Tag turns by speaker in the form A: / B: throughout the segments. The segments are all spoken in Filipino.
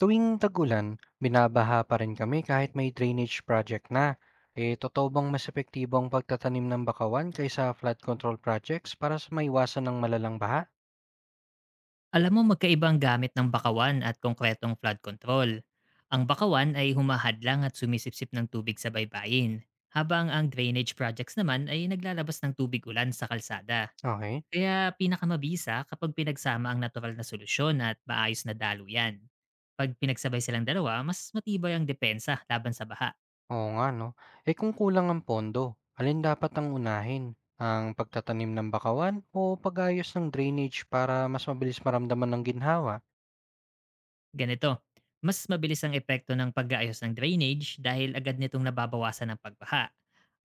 A: Tuwing tagulan, ulan binabaha pa rin kami kahit may drainage project na. Eh, totoo bang mas epektibo ang pagtatanim ng bakawan kaysa flood control projects para sa maiwasan ng malalang baha?
B: Alam mo magkaiba ang gamit ng bakawan at konkretong flood control. Ang bakawan ay humahadlang at sumisipsip ng tubig sa baybayin, habang ang drainage projects naman ay naglalabas ng tubig ulan sa kalsada.
A: Okay.
B: Kaya pinakamabisa kapag pinagsama ang natural na solusyon at maayos na daluyan. Pag pinagsabay silang dalawa, mas matibay ang depensa laban sa baha.
A: Oo nga, no? Eh kung kulang ang pondo, alin dapat ang unahin? Ang pagtatanim ng bakawan o pag-ayos ng drainage para mas mabilis maramdaman ng ginhawa?
B: Ganito, mas mabilis ang epekto ng pag-aayos ng drainage dahil agad nitong nababawasan ng pagbaha.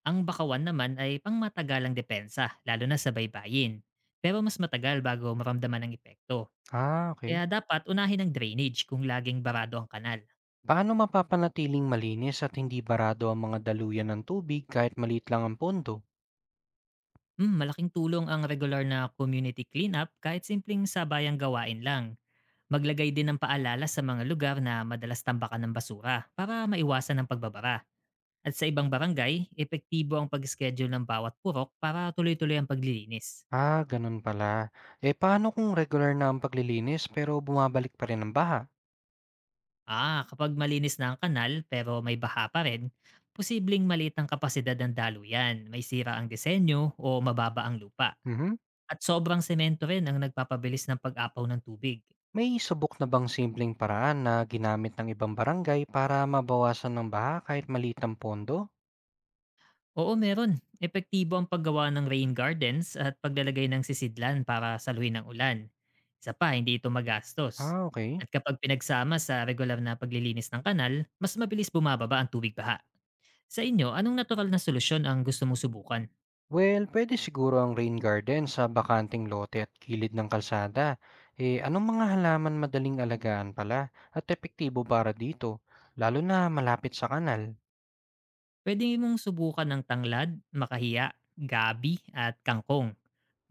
B: Ang bakawan naman ay pangmatagalang depensa, lalo na sa baybayin. Pero mas matagal bago maramdaman ang epekto.
A: Ah, okay.
B: Kaya dapat unahin ang drainage kung laging barado ang kanal.
A: Paano mapapanatiling malinis at hindi barado ang mga daluyan ng tubig kahit maliit lang ang pondo?
B: Malaking tulong ang regular na community cleanup kahit simpleng sabayang gawain lang. Maglagay din ng paalala sa mga lugar na madalas tambakan ng basura para maiwasan ang pagbabara. At sa ibang barangay, epektibo ang pag-schedule ng bawat purok para tuloy-tuloy ang paglilinis.
A: Ah, ganun pala. Eh paano kung regular na ang paglilinis pero bumabalik pa rin ang baha?
B: Ah, kapag malinis na ang kanal pero may baha pa rin, posibleng maliit ang kapasidad ng daluyan, may sira ang disenyo o mababa ang lupa.
A: Mhm.
B: At sobrang semento rin ang nagpapabilis ng pag-apaw ng tubig.
A: May subok na bang simpleng paraan na ginamit ng ibang barangay para mabawasan ng baha kahit maliit ang pondo?
B: Oo, meron. Epektibo ang paggawa ng rain gardens at paglalagay ng sisidlan para saluhin ang ulan. Isa pa, hindi ito magastos.
A: Ah, okay.
B: At kapag pinagsama sa regular na paglilinis ng kanal, mas mabilis bumababa ang tubig baha. Sa inyo, anong natural na solusyon ang gusto mong subukan?
A: Well, pwede siguro ang rain garden sa bakanting lote at gilid ng kalsada. Eh, anong mga halaman madaling alagaan pala at epektibo para dito, lalo na malapit sa kanal?
B: Pwede mong subukan ng tanglad, makahiya, gabi, at kangkong.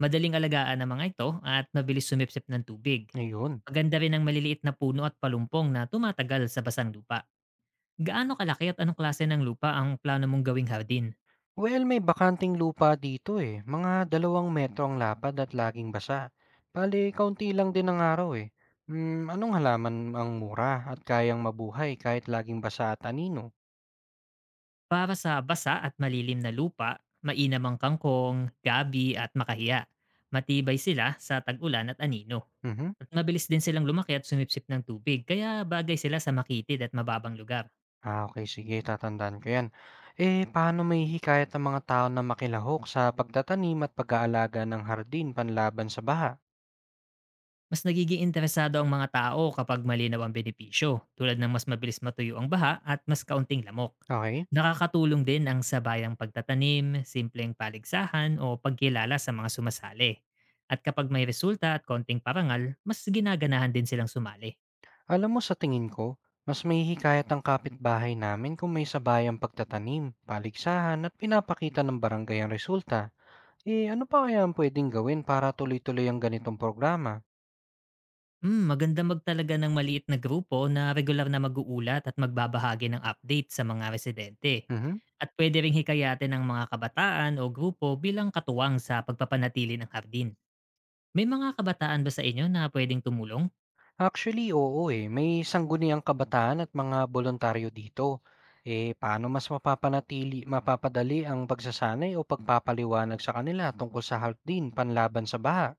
B: Madaling alagaan ang mga ito at mabilis sumipsip ng tubig.
A: Ayun.
B: Maganda rin ang maliliit na puno at palumpong na tumatagal sa basang lupa. Gaano kalaki at anong klase ng lupa ang plano mong gawing hardin?
A: Well, may bakanting lupa dito eh. Mga 2 metro ang lapad at laging basa. Bale, kaunti lang din ang araw eh. Anong halaman ang mura at kayang mabuhay kahit laging basa at anino?
B: Para sa basa at malilim na lupa, mainam ang kangkong, gabi at makahiya. Matibay sila sa tag-ulan at anino.
A: Mhm.
B: At mabilis din silang lumaki at sumipsip ng tubig kaya bagay sila sa makitid at mababang lugar.
A: Ah, okay. Sige, tatandaan ko yan. Eh, paano may hikayat ang mga tao na makilahok sa pagtatanim at pag-aalaga ng hardin panlaban sa baha?
B: Mas nagiging interesado ang mga tao kapag malinaw ang benepisyo, tulad ng mas mabilis matuyo ang baha at mas kaunting lamok.
A: Okay?
B: Nakakatulong din ang sabayang pagtatanim, simpleng paligsahan o pagkilala sa mga sumasali. At kapag may resulta at konting parangal, mas ginaganahan din silang sumali.
A: Alam mo, sa tingin ko, mas mahihikayat ang kapitbahay namin kung may sabayang pagtatanim, paligsahan at pinapakita ng barangay ang resulta. Eh ano pa kaya ang pwedeng gawin para tuloy-tuloy ang ganitong programa?
B: Hmm, maganda magtalaga ng maliit na grupo na regular na mag-uulat at magbabahagi ng update sa mga residente.
A: Mhm.
B: At pwede ring hikayatin ng mga kabataan o grupo bilang katuwang sa pagpapanatili ng hardin. May mga kabataan ba sa inyo na pwedeng tumulong?
A: Actually, oo eh. May sangguniang kabataan at mga bolontaryo dito. Eh paano mas mapapanatili, mapapadali ang pagsasanay o pagpapaliwanag sa kanila tungkol sa half din panlaban sa baha?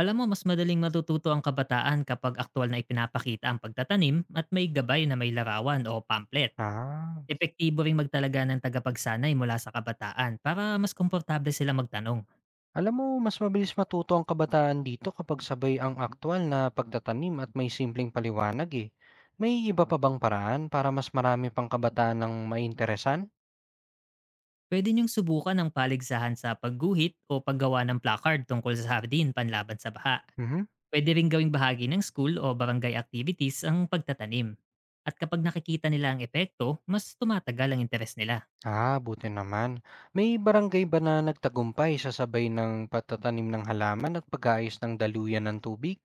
B: Alam mo, mas madaling matututo ang kabataan kapag aktual na ipinapakita ang pagtatanim at may gabay na may larawan o pamplet.
A: Ah,
B: Epektibo ring magtalaga ng tagapagsanay mula sa kabataan para mas komportable sila magtanong.
A: alam mo, mas mabilis matuto ang kabataan dito kapag sabay ang aktwal na pagtatanim at may simpleng paliwanag eh. May iba pa bang paraan para mas marami pang kabataan ng mainteresan?
B: Pwede niyong subukan ang paligsahan sa pagguhit o paggawa ng placard tungkol sa hardin panlaban sa baha.
A: Mhm.
B: Pwede ring gawing bahagi ng school o barangay activities ang pagtatanim. At kapag nakikita nila ang epekto, mas tumatagal ang interes nila.
A: Ah, buti naman. May barangay ba na nagtagumpay sa sabay ng pagtatanim ng halaman at pag-aayos ng daluyan ng tubig?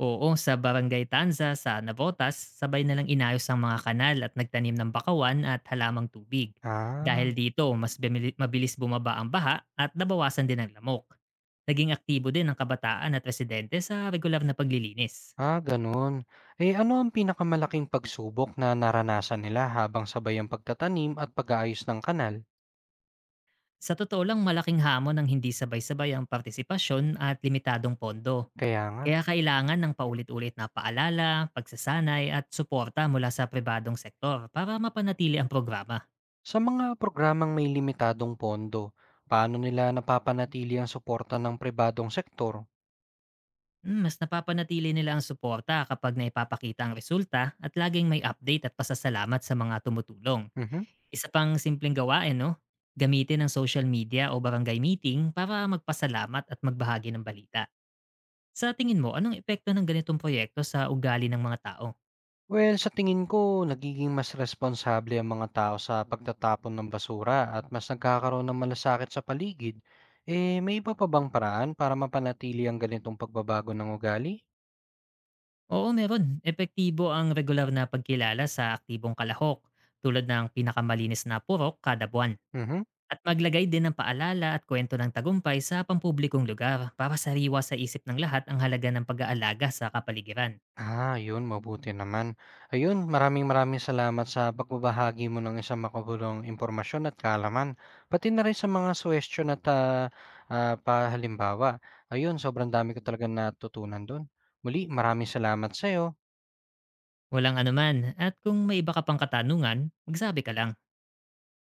B: Oo, sa Barangay Tanza sa Navotas, sabay na lang inayos ang mga kanal at nagtanim ng bakawan at halamang tubig.
A: Ah,
B: Dahil dito, mas mabilis bumaba ang baha at nabawasan din ang lamok. Naging aktibo din ang kabataan at residente sa regular na paglilinis.
A: ah, ganun. Eh ano ang pinakamalaking pagsubok na naranasan nila habang sabay ang pagtatanim at pag-aayos ng kanal?
B: Sa totoo lang, malaking hamon ang hindi sabay-sabay ang partisipasyon at limitadong pondo.
A: Kaya nga.
B: Kaya kailangan ng paulit-ulit na paalala, pagsasanay at suporta mula sa pribadong sektor para mapanatili ang programa.
A: Sa mga programang may limitadong pondo, paano nila napapanatili ang suporta ng pribadong sektor?
B: Mas napapanatili nila ang suporta kapag naipapakita ang resulta at laging may update at pasasalamat sa mga tumutulong.
A: Mhm.
B: Isa pang simpleng gawain, no? Gamitin ang social media o barangay meeting para magpasalamat at magbahagi ng balita. Sa tingin mo, anong epekto ng ganitong proyekto sa ugali ng mga tao?
A: Well, sa tingin ko, nagiging mas responsable ang mga tao sa pagtatapon ng basura at mas nagkakaroon ng malasakit sa paligid. Eh, may iba pa bang paraan para mapanatili ang ganitong pagbabago ng ugali?
B: Oo, meron. Epektibo ang regular na pagkilala sa aktibong kalahok tulad ng pinakamalinis na purok kada buwan.
A: Mhm.
B: At maglagay din ng paalala at kwento ng tagumpay sa pampublikong lugar para sariwa sa isip ng lahat ang halaga ng pag-aalaga sa kapaligiran.
A: Ah, yun mabuti naman. Ayun, maraming maraming salamat sa pagbabahagi mo ng isang makabulong impormasyon at kaalaman, pati na rin sa mga suwestiyon at pahalimbawa. Ayun, sobrang dami ko talaga natutunan doon. Muli, maraming salamat sa'yo.
B: Walang anuman at kung may iba ka pang katanungan, magsabi ka lang.